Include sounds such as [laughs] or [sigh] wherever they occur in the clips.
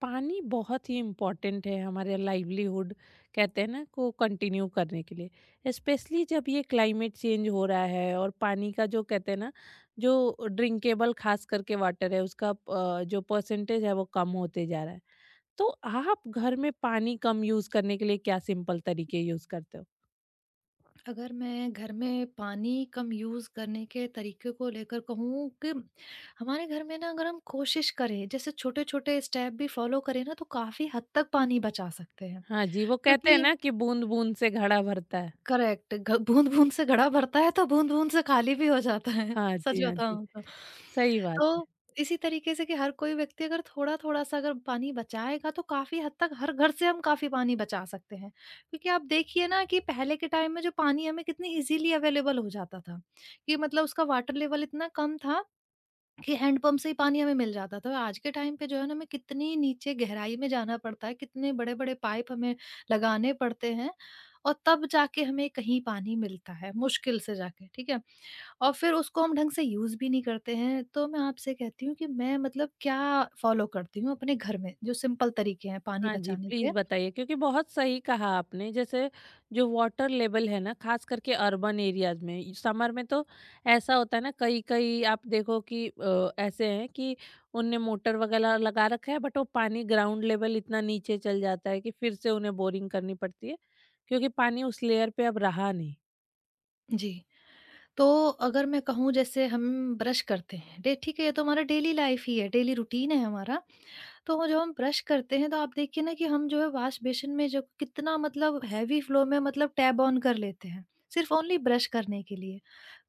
पानी बहुत ही इम्पोर्टेंट है हमारे लाइवलीहुड कहते हैं ना को कंटिन्यू करने के लिए, स्पेशली जब ये क्लाइमेट चेंज हो रहा है। और पानी का, जो कहते हैं ना, जो ड्रिंकेबल खास करके वाटर है, उसका जो परसेंटेज है वो कम होते जा रहा है। तो आप घर में पानी कम यूज करने के लिए क्या सिंपल तरीके यूज करते हो? अगर मैं घर में पानी कम यूज़ करने के तरीके को लेकर कहूँ कि हमारे घर में ना अगर हम कोशिश करें जैसे छोटे-छोटे स्टेप भी फॉलो करें ना तो काफ़ी हद तक पानी बचा सकते हैं। हाँ जी, वो कहते हैं क्योंकि ना कि बूंद बूंद से घड़ा भरता है। करेक्ट घ बूँद-बूँद से घड़ा भरता है तो बूँद-बूँद से खाली भी हो जाता है, हाँ [laughs] सच जी, हाँ जी। बताऊँ तो। सही बात है। तो इसी तरीके से कि हर कोई व्यक्ति अगर थोड़ा-थोड़ा सा अगर पानी बचाएगा तो काफ़ी हद तक हर घर से हम काफ़ी पानी बचा सकते हैं। क्योंकि आप देखिए ना कि पहले के टाइम में जो पानी हमें कितनी इज़ीली अवेलेबल हो जाता था, कि मतलब उसका वाटर लेवल इतना कम था कि हैंडपंप से ही पानी हमें मिल जाता था। आज के टाइम पे जो है ना हमें कितनी नीचे गहराई में जाना पड़ता है, कितने बड़े-बड़े पाइप हमें लगाने पड़ते हैं और तब जाके हमें कहीं पानी मिलता है, मुश्किल से जाके, ठीक है? और फिर उसको हम ढंग से यूज़ भी नहीं करते हैं। तो मैं आपसे कहती हूँ कि मैं मतलब क्या फ़ॉलो करती हूँ अपने घर में, जो सिंपल तरीके हैं पानी हाँ जी, बचाने प्लीज़ के? बताइए, क्योंकि बहुत सही कहा आपने। जैसे जो वाटर लेवल है ना, ख़ास करके अर्बन एरियाज़ में, समर में तो ऐसा होता है ना, कहीं-कहीं आप देखो कि ऐसे हैं कि उनने मोटर वगैरह लगा रखा है, बट वो पानी ग्राउंड लेवल इतना नीचे चल जाता है कि फिर से उन्हें बोरिंग करनी पड़ती है, क्योंकि पानी उस लेयर पे अब रहा नहीं। जी, तो अगर मैं कहूँ जैसे हम ब्रश करते हैं, डे ठीक है ये तो हमारा डेली लाइफ़ ही है, डेली रूटीन है हमारा। तो जब हम ब्रश करते हैं तो आप देखिए ना कि हम जो है वॉश बेसिन में जो कितना मतलब हैवी फ्लो में मतलब टैब ऑन कर लेते हैं सिर्फ ओनली ब्रश करने के लिए।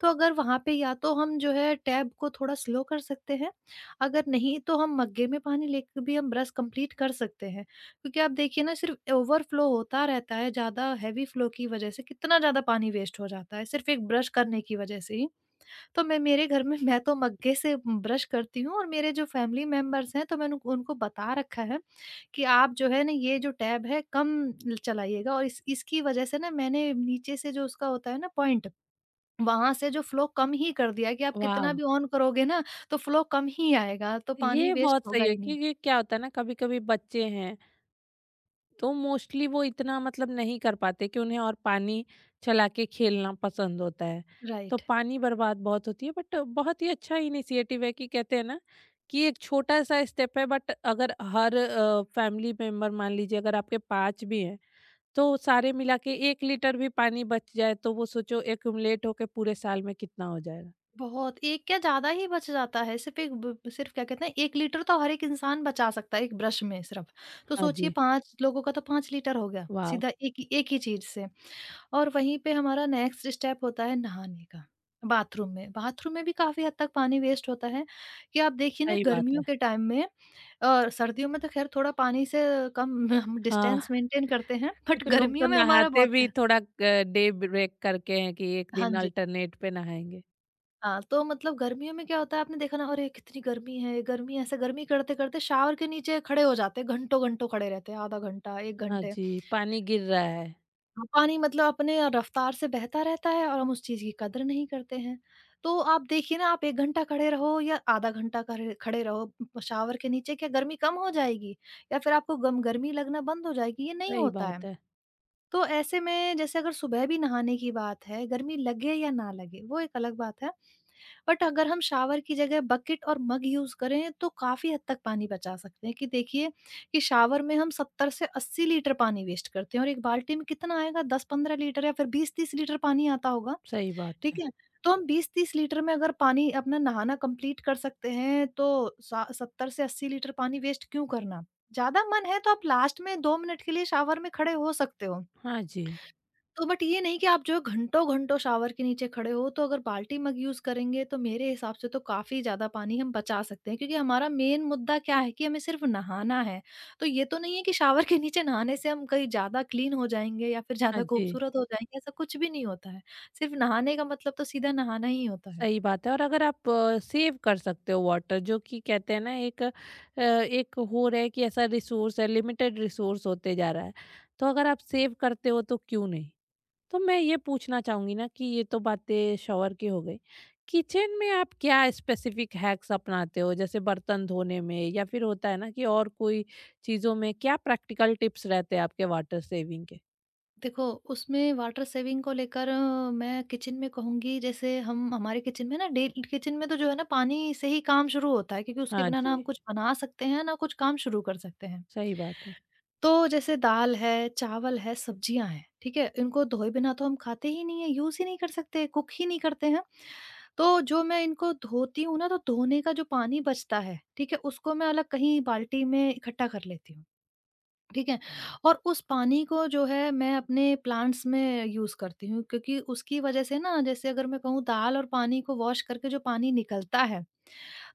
तो अगर वहाँ पे या तो हम जो है टैब को थोड़ा स्लो कर सकते हैं, अगर नहीं तो हम मग्गे में पानी लेकर भी हम ब्रश कंप्लीट कर सकते हैं, क्योंकि आप देखिए ना सिर्फ ओवरफ्लो होता रहता है ज़्यादा हैवी फ्लो की वजह से, कितना ज़्यादा पानी वेस्ट हो जाता है सिर्फ एक ब्रश करने की वजह से ही। तो मैं मेरे घर में मैं तो मग्गे से ब्रश करती हूँ और मेरे जो फैमिली मेंबर्स हैं तो मैंने उनको उनको बता रखा है कि आप जो है ना ये जो टैब है कम चलाइएगा, और इस इसकी वजह से ना मैंने नीचे से जो उसका होता है ना पॉइंट, वहां से जो फ्लो कम ही कर दिया कि आप कितना वाव! भी ऑन करोगे ना तो फ्लो कम ही आएगा तो पानी ये वेस्ट बहुत होगा सही है, ही नहीं। क्योंकि क्या होता है ना, कभी-कभी बच्चे हैं तो मोस्टली वो इतना मतलब नहीं कर पाते, कि उन्हें और पानी चला के खेलना पसंद होता है। तो राइट। पानी बर्बाद बहुत होती है, बट बहुत ही अच्छा इनिशिएटिव है। कि कहते हैं ना कि एक छोटा सा स्टेप है, बट अगर हर फैमिली मेंबर, मान लीजिए अगर आपके पाँच भी हैं, तो सारे मिला के 1 लीटर भी पानी बच जाए तो वो सोचो एक्यूमुलेट होके पूरे साल में कितना हो जाएगा। बहुत एक क्या ज़्यादा ही बच जाता है, सिर्फ़ एक ब सिर्फ़ क्या कहते हैं 1 लीटर तो हर एक इंसान बचा सकता है एक ब्रश में सिर्फ़। तो हाँ सोचिए जी। 5 लोगों का तो 5 लीटर हो गया, वाह। सीधा एक ही चीज़ से। और वहीं पे हमारा नेक्स्ट स्टेप होता है नहाने का, बाथरूम में। बाथरूम में भी काफ़ी हद तक पानी वेस्ट होता है कि आप देखिए ना सही बात है। गर्मियों के टाइम में। सर्दियों में तो ख़ैर थोड़ा पानी से कम [laughs] हम हाँ, डिस्टेंस मेंटेन करते हैं, बट कुछ लोग तो गर्मियों में हमारा नहाते बहुत भी है। थोड़ा डे ब्रेक करके हैं, कि एक हाँ दिन जी। अल्टरनेट पे नहाएँगे। हाँ, तो मतलब गर्मियों में क्या होता है आपने देखा ना अरे कितनी गर्मी है, गर्मी ऐसे गर्मी करते करते शावर के नीचे खड़े हो जाते हैं, घंटों घंटों खड़े रहते हैं, आधा घंटा एक हाँ घंटे। जी, पानी गिर रहा है। हाँ, पानी मतलब अपने रफ्तार से बहता रहता है और हम उस चीज की कदर नहीं करते हैं। तो आप देखिए ना आप एक घंटा खड़े रहो या आधा घंटा खड़े खड़े रहो शावर के नीचे, क्या गर्मी कम हो जाएगी या फिर आपको गम गर्मी लगना बंद हो जाएगी? ये नहीं सही होता बात है। है। तो ऐसे में जैसे अगर सुबह भी नहाने की बात है, गर्मी लगे या ना लगे, वो एक अलग बात है। बट अगर हम शावर की जगह बकेट और मग यूज़ करें, तो काफ़ी हद तक पानी बचा सकते हैं। कि देखिए कि शावर में हम 70 से 80 लीटर पानी वेस्ट करते हैं और एक बाल्टी में कितना आएगा, 10-15 लीटर या फिर 20-30 लीटर पानी आता होगा, सही बात ठीक है। है? तो हम 20-30 लीटर में अगर पानी अपना नहाना कंप्लीट कर सकते हैं, तो सा 70 से 80 लीटर पानी वेस्ट क्यों करना? ज़्यादा मन है तो आप लास्ट में 2 मिनट के लिए शावर में खड़े हो सकते हो। हाँ जी, तो बट ये नहीं कि आप जो घंटों-घंटों शावर के नीचे खड़े हो, तो अगर बाल्टी मग यूज़ करेंगे, तो मेरे हिसाब से तो काफ़ी ज़्यादा पानी हम बचा सकते हैं। क्योंकि हमारा मेन मुद्दा क्या है कि हमें सिर्फ़ नहाना है। तो ये तो नहीं है कि शावर के नीचे नहाने से हम कहीं ज़्यादा क्लीन हो जाएँगे या फिर हाँ ज़्यादा जी। खूबसूरत हो जाएँगे, ऐसा कुछ भी नहीं होता है। सिर्फ़ नहाने का मतलब तो सीधा नहाना ही होता है। सही बात है। और अगर आप सेव कर सकते हो वाटर, जो कि कहते हैं ना एक एक हो रहा है कि ऐसा रिसोर्स है, लिमिटेड रिसोर्स होते जा रहा है। तो अगर आप सेव करते हो तो क्यों नहीं? तो मैं ये पूछना चाहूंगी ना कि ये तो बातें शॉवर की हो गई। किचन में आप क्या स्पेसिफिक हैक्स अपनाते हो, जैसे बर्तन धोने में, या फिर होता है ना कि और कोई चीजों में क्या प्रैक्टिकल टिप्स रहते हैं आपके वाटर सेविंग के? देखो, उसमें वाटर सेविंग को लेकर मैं किचन में कहूँगी, जैसे हम हमारे किचन में ना डे किचन में तो जो है ना पानी से ही काम शुरू होता है, क्योंकि उसके हाँ बिना ना जी। हम कुछ बना सकते हैं, ना कुछ काम शुरू कर सकते हैं। सही बात है। तो जैसे दाल है, चावल है, सब्जियाँ हैं, ठीक है? इनको धोए बिना तो हम खाते ही नहीं हैं, यूज़ ही नहीं कर सकते, कुक ही नहीं करते हैं। तो जो मैं इनको धोती हूँ ना तो धोने का जो पानी बचता है, ठीक है? उसको मैं अलग कहीं बाल्टी में इकट्ठा कर लेती हूँ। ठीक है? और उस पानी को जो है मैं अपने प्लांट्स में यूज़ करती हूँ, क्योंकि उसकी वज़ह से ना, जैसे अगर मैं कहूँ दाल और पानी को वॉश करके जो पानी निकलता है,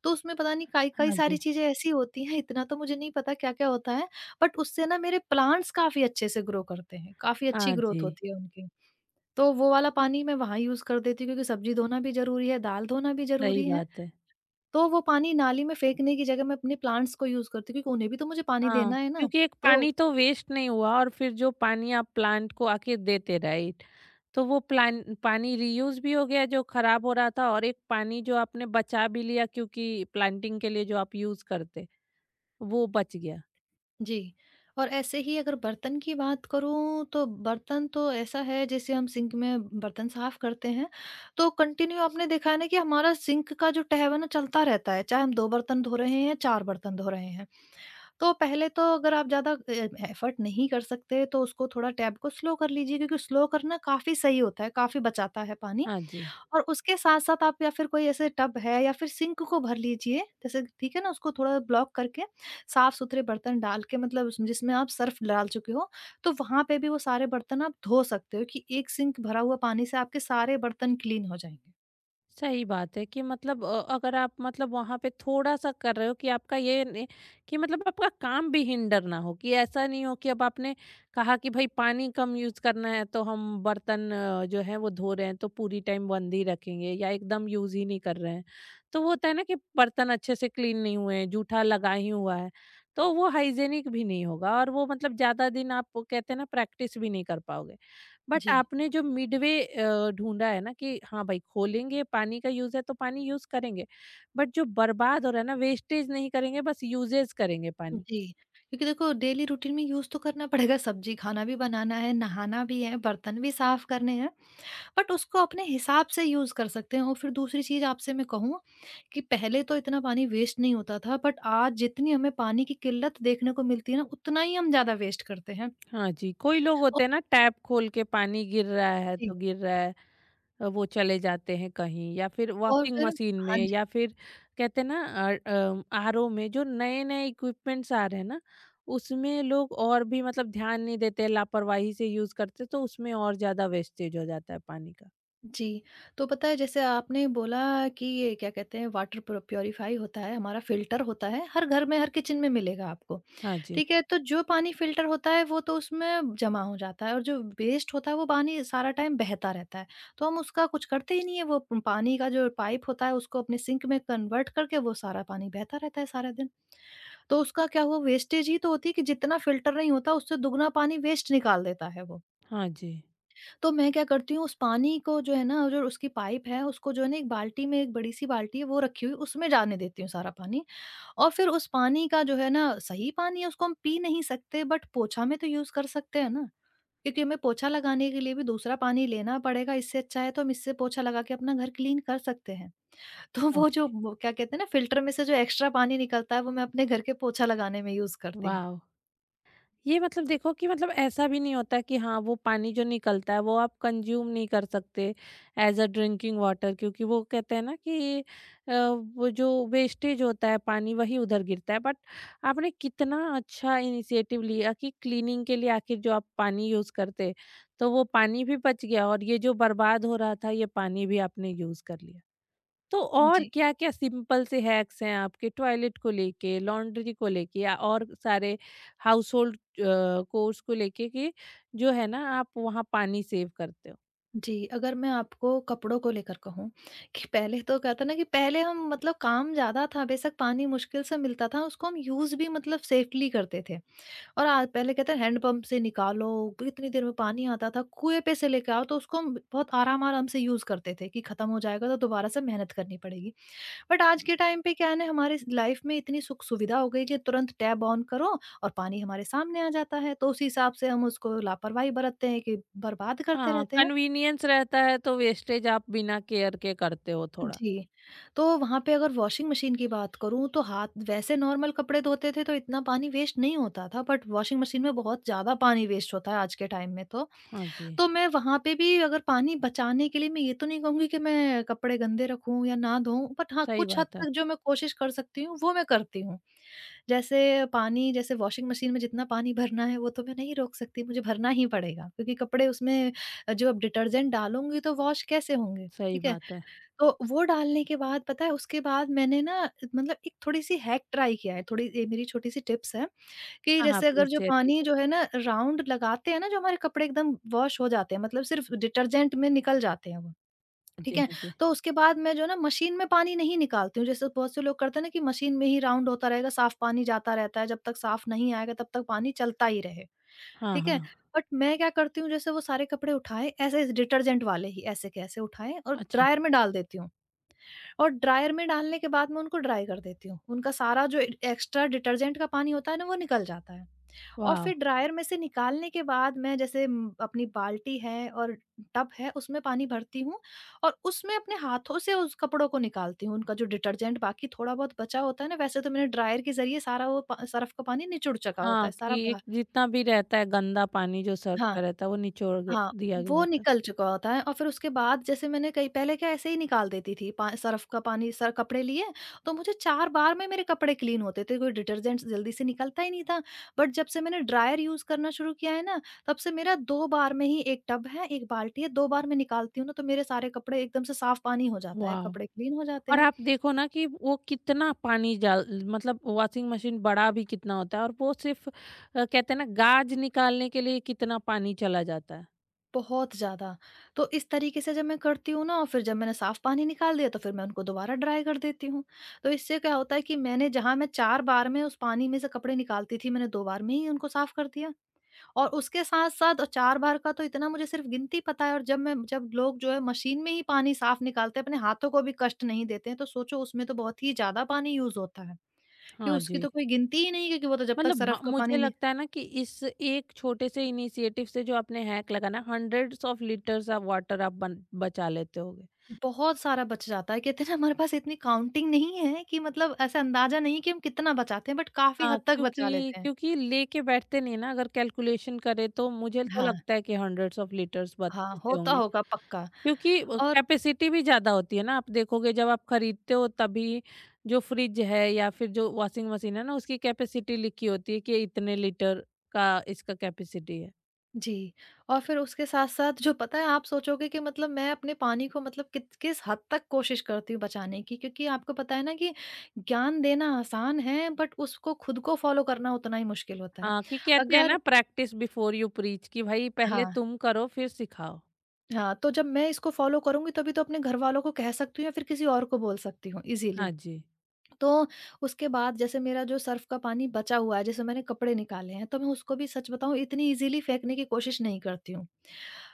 तो उसमें पता नहीं कई-कई हाँ जी। सारी चीज़ें ऐसी होती हैं, इतना तो मुझे नहीं पता क्या-क्या होता है, बट उससे ना मेरे प्लांट्स काफ़ी अच्छे से ग्रो करते हैं, काफ़ी अच्छी हाँ ग्रोथ जी। होती है उनकी। तो वो वाला पानी मैं वहाँ यूज़ कर देती हूँ, क्योंकि सब्ज़ी धोना भी ज़रूरी है, दाल धोना भी सही ज़रूरी है, बात है। तो वो पानी नाली में फेंकने की जगह मैं अपने प्लांट्स को यूज़ करती हूँ, क्योंकि उन्हें भी तो मुझे पानी हाँ, देना है ना, क्योंकि एक तो पानी तो वेस्ट नहीं हुआ, और फिर जो पानी आप प्लांट को आके देते, राइट, तो वो प्लान पानी रीयूज भी हो गया जो खराब हो रहा था, और एक पानी जो आपने बचा भी लिया, क्योंकि प्लांटिंग के लिए जो आप यूज करते वो बच गया। जी, और ऐसे ही अगर बर्तन की बात करूँ तो बर्तन तो ऐसा है, जैसे हम सिंक में बर्तन साफ़ करते हैं, तो कंटिन्यू आपने देखा है ना कि हमारा सिंक का जो टैप है ना चलता रहता है, चाहे हम 2 बर्तन धो रहे हैं या 4 बर्तन धो रहे हैं। तो पहले तो अगर आप ज़्यादा एफ़र्ट नहीं कर सकते तो उसको थोड़ा टैप को स्लो कर लीजिए, क्योंकि स्लो करना काफ़ी सही होता है, काफ़ी बचाता है पानी। हाँ जी। और उसके साथ-साथ आप या फिर कोई ऐसे टब है या फिर सिंक को भर लीजिए, जैसे ठीक है ना, उसको थोड़ा ब्लॉक करके, साफ-सुथरे बर्तन डाल के, मतलब उसमें जिसमें आप सर्फ़ डाल चुके हो, तो वहाँ पे भी वो सारे बर्तन आप धो सकते हो, कि एक सिंक भरा हुआ पानी से आपके सारे बर्तन क्लीन हो जाएँगे। सही बात है, कि मतलब अगर आप मतलब वहां पे थोड़ा सा कर रहे हो, कि आपका ये नहीं कि मतलब आपका काम भी हिंडर ना हो। कि ऐसा नहीं हो कि अब आपने कहा कि भाई पानी कम यूज करना है तो हम बर्तन जो है वो धो रहे हैं तो पूरी टाइम बंद ही रखेंगे या एकदम यूज ही नहीं कर रहे हैं। तो वो होता है ना कि बर्तन अच्छे से क्लीन नहीं हुए हैं, जूठा लगा ही हुआ है। तो वो हाइजेनिक भी नहीं होगा, और वो मतलब ज्यादा दिन आप वो कहते हैं ना प्रैक्टिस भी नहीं कर पाओगे। बट जी। आपने जो मिडवे ढूँढा है ना, कि हाँ भाई खोलेंगे, पानी का यूज़ है तो पानी यूज़ करेंगे। बट जो बर्बाद हो रहा है ना, वेस्टेज नहीं करेंगे, बस यूजेज करेंगे पानी। जी, क्योंकि देखो डेली रूटीन में यूज़ तो करना पड़ेगा, सब्ज़ी खाना भी बनाना है, नहाना भी है, बर्तन भी साफ़ करने हैं। बट उसको अपने हिसाब से यूज़ कर सकते हैं। और फिर दूसरी चीज़ आपसे मैं कहूँ कि पहले तो इतना पानी वेस्ट नहीं होता था, बट आज जितनी हमें पानी की किल्लत देखने को मिलती है ना उतना ही हम ज़्यादा वेस्ट करते हैं। हाँ जी, कोई लोग होते और हैं ना, टैप खोल के पानी गिर रहा है जी, तो गिर रहा है। वो चले जाते हैं कहीं, या फिर और वॉशिंग फिर मशीन में, हाँ जी। या फिर कहते हैं ना आरओ में जो नए-नए इक्विपमेंट्स आ रहे हैं ना, उसमें लोग और भी मतलब ध्यान नहीं देते, लापरवाही से यूज़ करते, तो उसमें और ज़्यादा वेस्टेज हो जाता है पानी का। जी, तो पता है जैसे आपने बोला कि ये क्या कहते हैं वाटर प्योरीफाई होता है, हमारा फिल्टर होता है, हर घर में हर किचन में मिलेगा आपको। हाँ जी। ठीक है, तो जो पानी फ़िल्टर होता है वो तो उसमें जमा हो जाता है और जो वेस्ट होता है वो पानी सारा टाइम बहता रहता है। तो हम उसका कुछ करते ही नहीं है, वो पानी का जो पाइप होता है उसको अपने सिंक में कन्वर्ट करके वो सारा पानी बहता रहता है सारा दिन। तो उसका क्या हुआ, वेस्टेज ही तो होती है, कि जितना फ़िल्टर नहीं होता उससे दुगना पानी वेस्ट निकाल देता है वो। हाँ जी। तो मैं क्या करती हूँ उस पानी को जो है ना, जो उसकी पाइप है उसको जो है ना एक बाल्टी में, एक बड़ी-सी बाल्टी है वो रखी हुई, उसमें जाने देती हूँ सारा पानी। और फिर उस पानी का जो है ना, सही पानी है उसको हम पी नहीं सकते बट पोछा में तो यूज़ कर सकते हैं ना, क्योंकि हमें पोछा लगाने के लिए भी दूसरा पानी लेना पड़ेगा, इससे अच्छा है तो हम इससे पोछा लगा के अपना घर क्लीन कर सकते हैं। [laughs] तो हाँ वो जो जी। वो क्या कहते हैं ना फ़िल्टर में से जो एक्स्ट्रा पानी निकलता है वो मैं अपने घर के पोछा लगाने में यूज़ करती हूँ। वाव! ये मतलब देखो कि मतलब ऐसा भी नहीं होता कि हाँ, वो पानी जो निकलता है वो आप कंज़्यूम नहीं कर सकते एज़ अ ड्रिंकिंग वाटर, क्योंकि वो कहते हैं ना कि अ, वो जो वेस्टेज होता है पानी, वही उधर गिरता है। बट आपने कितना अच्छा इनिशिएटिव लिया, कि क्लीनिंग के लिए आखिर जो आप पानी यूज़ करते, तो वो पानी भी बच गया और ये जो बर्बाद हो रहा था ये पानी भी आपने यूज़ कर लिया। तो और जी। क्या-क्या सिंपल से हैक्स हैं आपके, टॉयलेट को लेके, लॉन्ड्री को लेके, या और सारे हाउसहोल्ड कोर्स को लेके, कि जो है ना आप वहाँ पानी सेव करते हो? जी, अगर मैं आपको कपड़ों को लेकर कहूँ कि पहले तो कहते हैं ना कि पहले हम मतलब काम ज़्यादा था, बेशक पानी मुश्किल से मिलता था, उसको हम यूज़ भी मतलब सेफली करते थे। और आ पहले कहते हैं हैंडपंप से निकालो, कितनी देर में पानी आता था, कुएँ पे से लेके आओ, तो उसको हम बहुत आराम-आराम से यूज़ करते थे कि खत्म हो जाएगा तो दोबारा से मेहनत करनी पड़ेगी। बट आज के टाइम पे क्या है ना हमारे लाइफ में इतनी सुख-सुविधा हो गई कि तुरंत टैब ऑन करो और पानी हमारे सामने आ जाता है, तो उसी हिसाब से हम उसको लापरवाही बरतते हैं कि बर्बाद करते हाँ, रहते हैं। कन्वीनियंस रहता है तो वेस्टेज आप बिना केयर के करते हो थोड़ा। जी। तो वहाँ पे अगर वॉशिंग मशीन की बात करूँ, तो हाथ वैसे नॉर्मल कपड़े धोते थे तो इतना पानी वेस्ट नहीं होता था, बट वॉशिंग मशीन में बहुत ज़्यादा पानी वेस्ट होता है आज के टाइम में तो। हाँ जी। तो मैं वहाँ पे भी अगर पानी बचाने के लिए, मैं ये तो नहीं कहूँगी कि मैं कपड़े गंदे रखूँ या ना धोऊँ, बट हाँ, सही कुछ हद बात है। तक जो मैं कोशिश कर सकती हूँ, वो मैं करती हूँ। जैसे पानी, जैसे वॉशिंग मशीन में जितना पानी भरना है, वो तो मैं नहीं रोक सकती, मुझे भरना ही पड़ेगा, क्योंकि कपड़े उसमें जो अब डिटर्जेंट डालूँगी तो वॉश कैसे होंगे, सही ठीक है? बात है। तो वो डालने के बाद, पता है, उसके बाद मैंने ना, मतलब एक थोड़ी-सी हैक ट्राई किया है, थोड़ी ये मेरी छोटी-सी टिप्स है। कि हाँ, हाँ, जैसे प्लीज़ अगर जो शेयर पानी कीजिए। जो है ना, राउंड लगाते हैं ना, जो हमारे कपड़े एकदम वॉश हो जाते हैं, मतलब सिर्फ डिटर्जेंट में निकल जाते हैं वो, हाँ जी, ठीक है? हाँ जी। तो उसके बाद मैं, जो है ना, मशीन में पानी नहीं निकालती हूँ। जैसे बहुत से लोग करते हैं ना कि मशीन में ही राउंड होता रहेगा, साफ पानी जाता रहता है, जब तक साफ नहीं आएगा तब तक पानी चलता ही रहे, हाँ, ठीक है? हाँ। बट मैं क्या करती हूँ, जैसे वो सारे कपड़े उठाए, ऐसे डिटर्जेंट वाले ही ऐसे के ऐसे उठाए, और अच्छा। ड्रायर में डाल देती हूँ। और ड्रायर में डालने के बाद मैं उनको ड्राई कर देती हूँ। उनका सारा जो एक्स्ट्रा डिटर्जेंट का पानी होता है ना, वो निकल जाता है। और वाव! फिर ड्रायर में से निकालने के बाद, मैं जैसे अपनी बाल्टी है और टब है, उसमें पानी भरती हूँ, और उसमें अपने हाथों से उस कपड़ों को निकालती हूँ। उनका जो डिटर्जेंट बाकी थोड़ा बहुत बचा होता है ना, वैसे तो मैंने ड्रायर के जरिए सारा, वो सर्फ का पानी निचुड़ चुका होता हाँ, है सारा कि एक बाहर। जितना भी रहता है गंदा पानी जो सर्फ हाँ, का रहता है वो निचोड़ गे हाँ, दिया गया वो होता है। निकल चुका होता है। और फिर उसके बाद, जैसे मैंने कई पहले क्या, ऐसे ही निकाल देती थी पा सर्फ़ का पानी, सर कपड़े लिए, तो मुझे 4 बार में मेरे कपड़े क्लीन होते थे, कोई डिटर्जेंट जल्दी से निकलता ही नहीं था। बट जब से मैंने ड्रायर यूज़ करना शुरू किया है ना, तब से मेरा 2 बार में ही, 1 टब है, 1 बाल्टी है, 2 बार मैं निकालती हूँ ना, तो मेरे सारे कपड़े एकदम से साफ़ पानी हो जाता है, वाव! कपड़े क्लीन हो जाते और हैं। आप देखो ना कि वो कितना पानी डाल, मतलब वॉशिंग मशीन बड़ा भी कितना होता है, और वो सिर्फ कहते हैं ना गाज निकालने के लिए कितना पानी चला जाता है। बहुत ज़्यादा। तो इस तरीके से जब मैं करती हूँ ना, और फिर जब मैंने साफ़ पानी निकाल दिया, तो फिर मैं उनको दोबारा ड्राई कर देती हूँ। तो इससे क्या होता है कि मैंने जहाँ मैं 4 बार में उस पानी में से कपड़े निकालती थी, मैंने 2 बार में ही उनको साफ़ कर दिया। और उसके साथ-साथ 4 बार का तो इतना मुझे सिर्फ़ गिनती पता है, और जब लोग जो है मशीन में ही पानी साफ़ निकालते हैं, अपने हाथों को भी कष्ट नहीं देते हैं, तो सोचो उसमें तो बहुत ही ज़्यादा पानी यूज़ होता है। कि हाँ उसकी जी। तो कोई गिनती ही नहीं है, क्योंकि वो तो जब तक मतलब हाँ, सरफ़ का मुझे पानी। लगता है ना कि इस एक छोटे से इनिशिएटिव से, जो आपने हैक लगाना, hundreds of litres of water आप बन बचा लेते होगे। बहुत सारा बच जाता है। कहते हैं ना, हमारे पास इतनी काउंटिंग नहीं है कि, मतलब ऐसा अंदाजा नहीं है कि हम कितना बचाते हैं, बट काफ़ी हाँ, हद तक बचा क्योंकि लेते हैं। क्योंकि लेके बैठते नहीं है ना, अगर कैलकुलेशन करें तो मुझे तो हाँ, लगता है कि हंड्रेड्स ऑफ लीटर्स हाँ, बचते होता होंगे। होगा पक्का। क्योंकि और कैपेसिटी भी ज़्यादा होती है ना, आप देखोगे जब आप खरीदते हो तभी। जो फ्रिज है या फिर जो वॉशिंग मशीन है ना, उसकी कैपेसिटी लिखी होती है कि इतने लीटर का इसका कैपेसिटी है। जी, और फिर उसके साथ-साथ जो पता है, आप सोचोगे कि, मतलब मैं अपने पानी को, मतलब कित किस हद तक कोशिश करती हूँ बचाने की, क्योंकि आपको पता है ना कि ज्ञान देना आसान है, बट उसको खुद को फ़ॉलो करना उतना ही मुश्किल होता है। हाँ, कि कहते हैं ना, अगर प्रैक्टिस बिफोर यू प्रीच, कि भाई पहले हाँ, तुम करो फिर सिखाओ। हाँ, तो जब मैं इसको फ़ॉलो करूँगी, तभी तो अपने घरवालों को कह सकती हूँ, या फिर किसी और को बोल सकती हूँ हाँ इज़ीली। जी। तो उसके बाद, जैसे मेरा जो सर्फ़ का पानी बचा हुआ है, जैसे मैंने कपड़े निकाले हैं, तो मैं उसको भी, सच बताऊँ, इतनी ईज़िली फेंकने की कोशिश नहीं करती हूँ।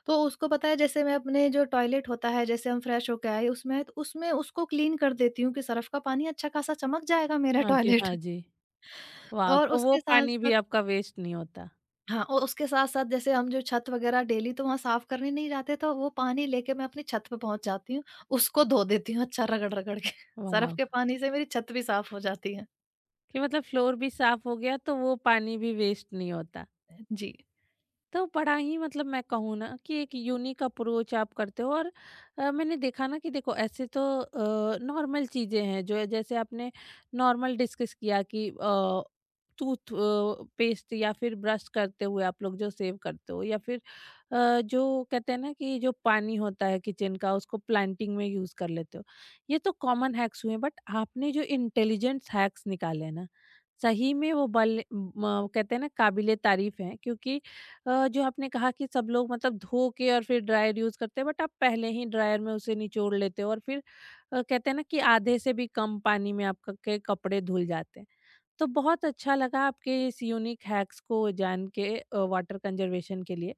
तो उसको, पता है, जैसे मैं अपने जो टॉयलेट होता है, जैसे हम फ्रेश होके आए उसमें, तो उसमें उसको क्लीन कर देती हूँ कि सर्फ़ का पानी, अच्छा खासा चमक जाएगा मेरा हाँ जी। टॉयलेट। हाँ जी। [laughs] वाह, और तो वो उसके पानी भी साथ-साथ, आपका वेस्ट नहीं होता। हाँ, और उसके साथ-साथ जैसे हम जो छत वग़ैरह डेली तो वहाँ साफ़ करने नहीं जाते, तो वो पानी लेके मैं अपनी छत पे पहुँच जाती हूँ, उसको धो देती हूँ अच्छा रगड़-रगड़ के। [laughs] सर्फ़ वाह, के पानी से मेरी छत भी साफ़ हो जाती है। कि मतलब फ्लोर भी साफ हो गया, तो वो पानी भी वेस्ट नहीं होता। जी। तो बड़ा ही, मतलब मैं कहूँ ना कि एक यूनिक अप्रोच आप करते हो। और मैंने देखा ना कि देखो ऐसे तो नॉर्मल चीज़ें हैं जो है, जैसे आपने नॉर्मल डिस्कस किया कि टूथ पेस्ट या फिर ब्रश करते हुए आप लोग जो सेव करते हो, या फिर जो कहते हैं ना कि जो पानी होता है किचन का, उसको प्लांटिंग में यूज़ कर लेते हो, ये तो कॉमन हैक्स हुए। बट आपने जो इंटेलिजेंट हैक्स निकाले हैं ना, सही में वो कहते हैं ना, काबिले तारीफ है। क्योंकि जो आपने कहा कि सब लोग मतलब धो के और फिर ड्रायर यूज़ करते हैं, बट आप पहले ही ड्रायर में उसे निचोड़ लेते हो, और फिर कहते हैं ना कि आधे से भी कम पानी में आपका के कपड़े धुल जाते हैं। तो बहुत अच्छा लगा आपके इस यूनिक हैक्स को जान के, वाटर कंजर्वेशन के लिए।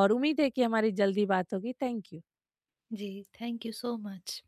और उम्मीद है कि हमारी जल्दी बात होगी। Thank you. जी, thank you so much.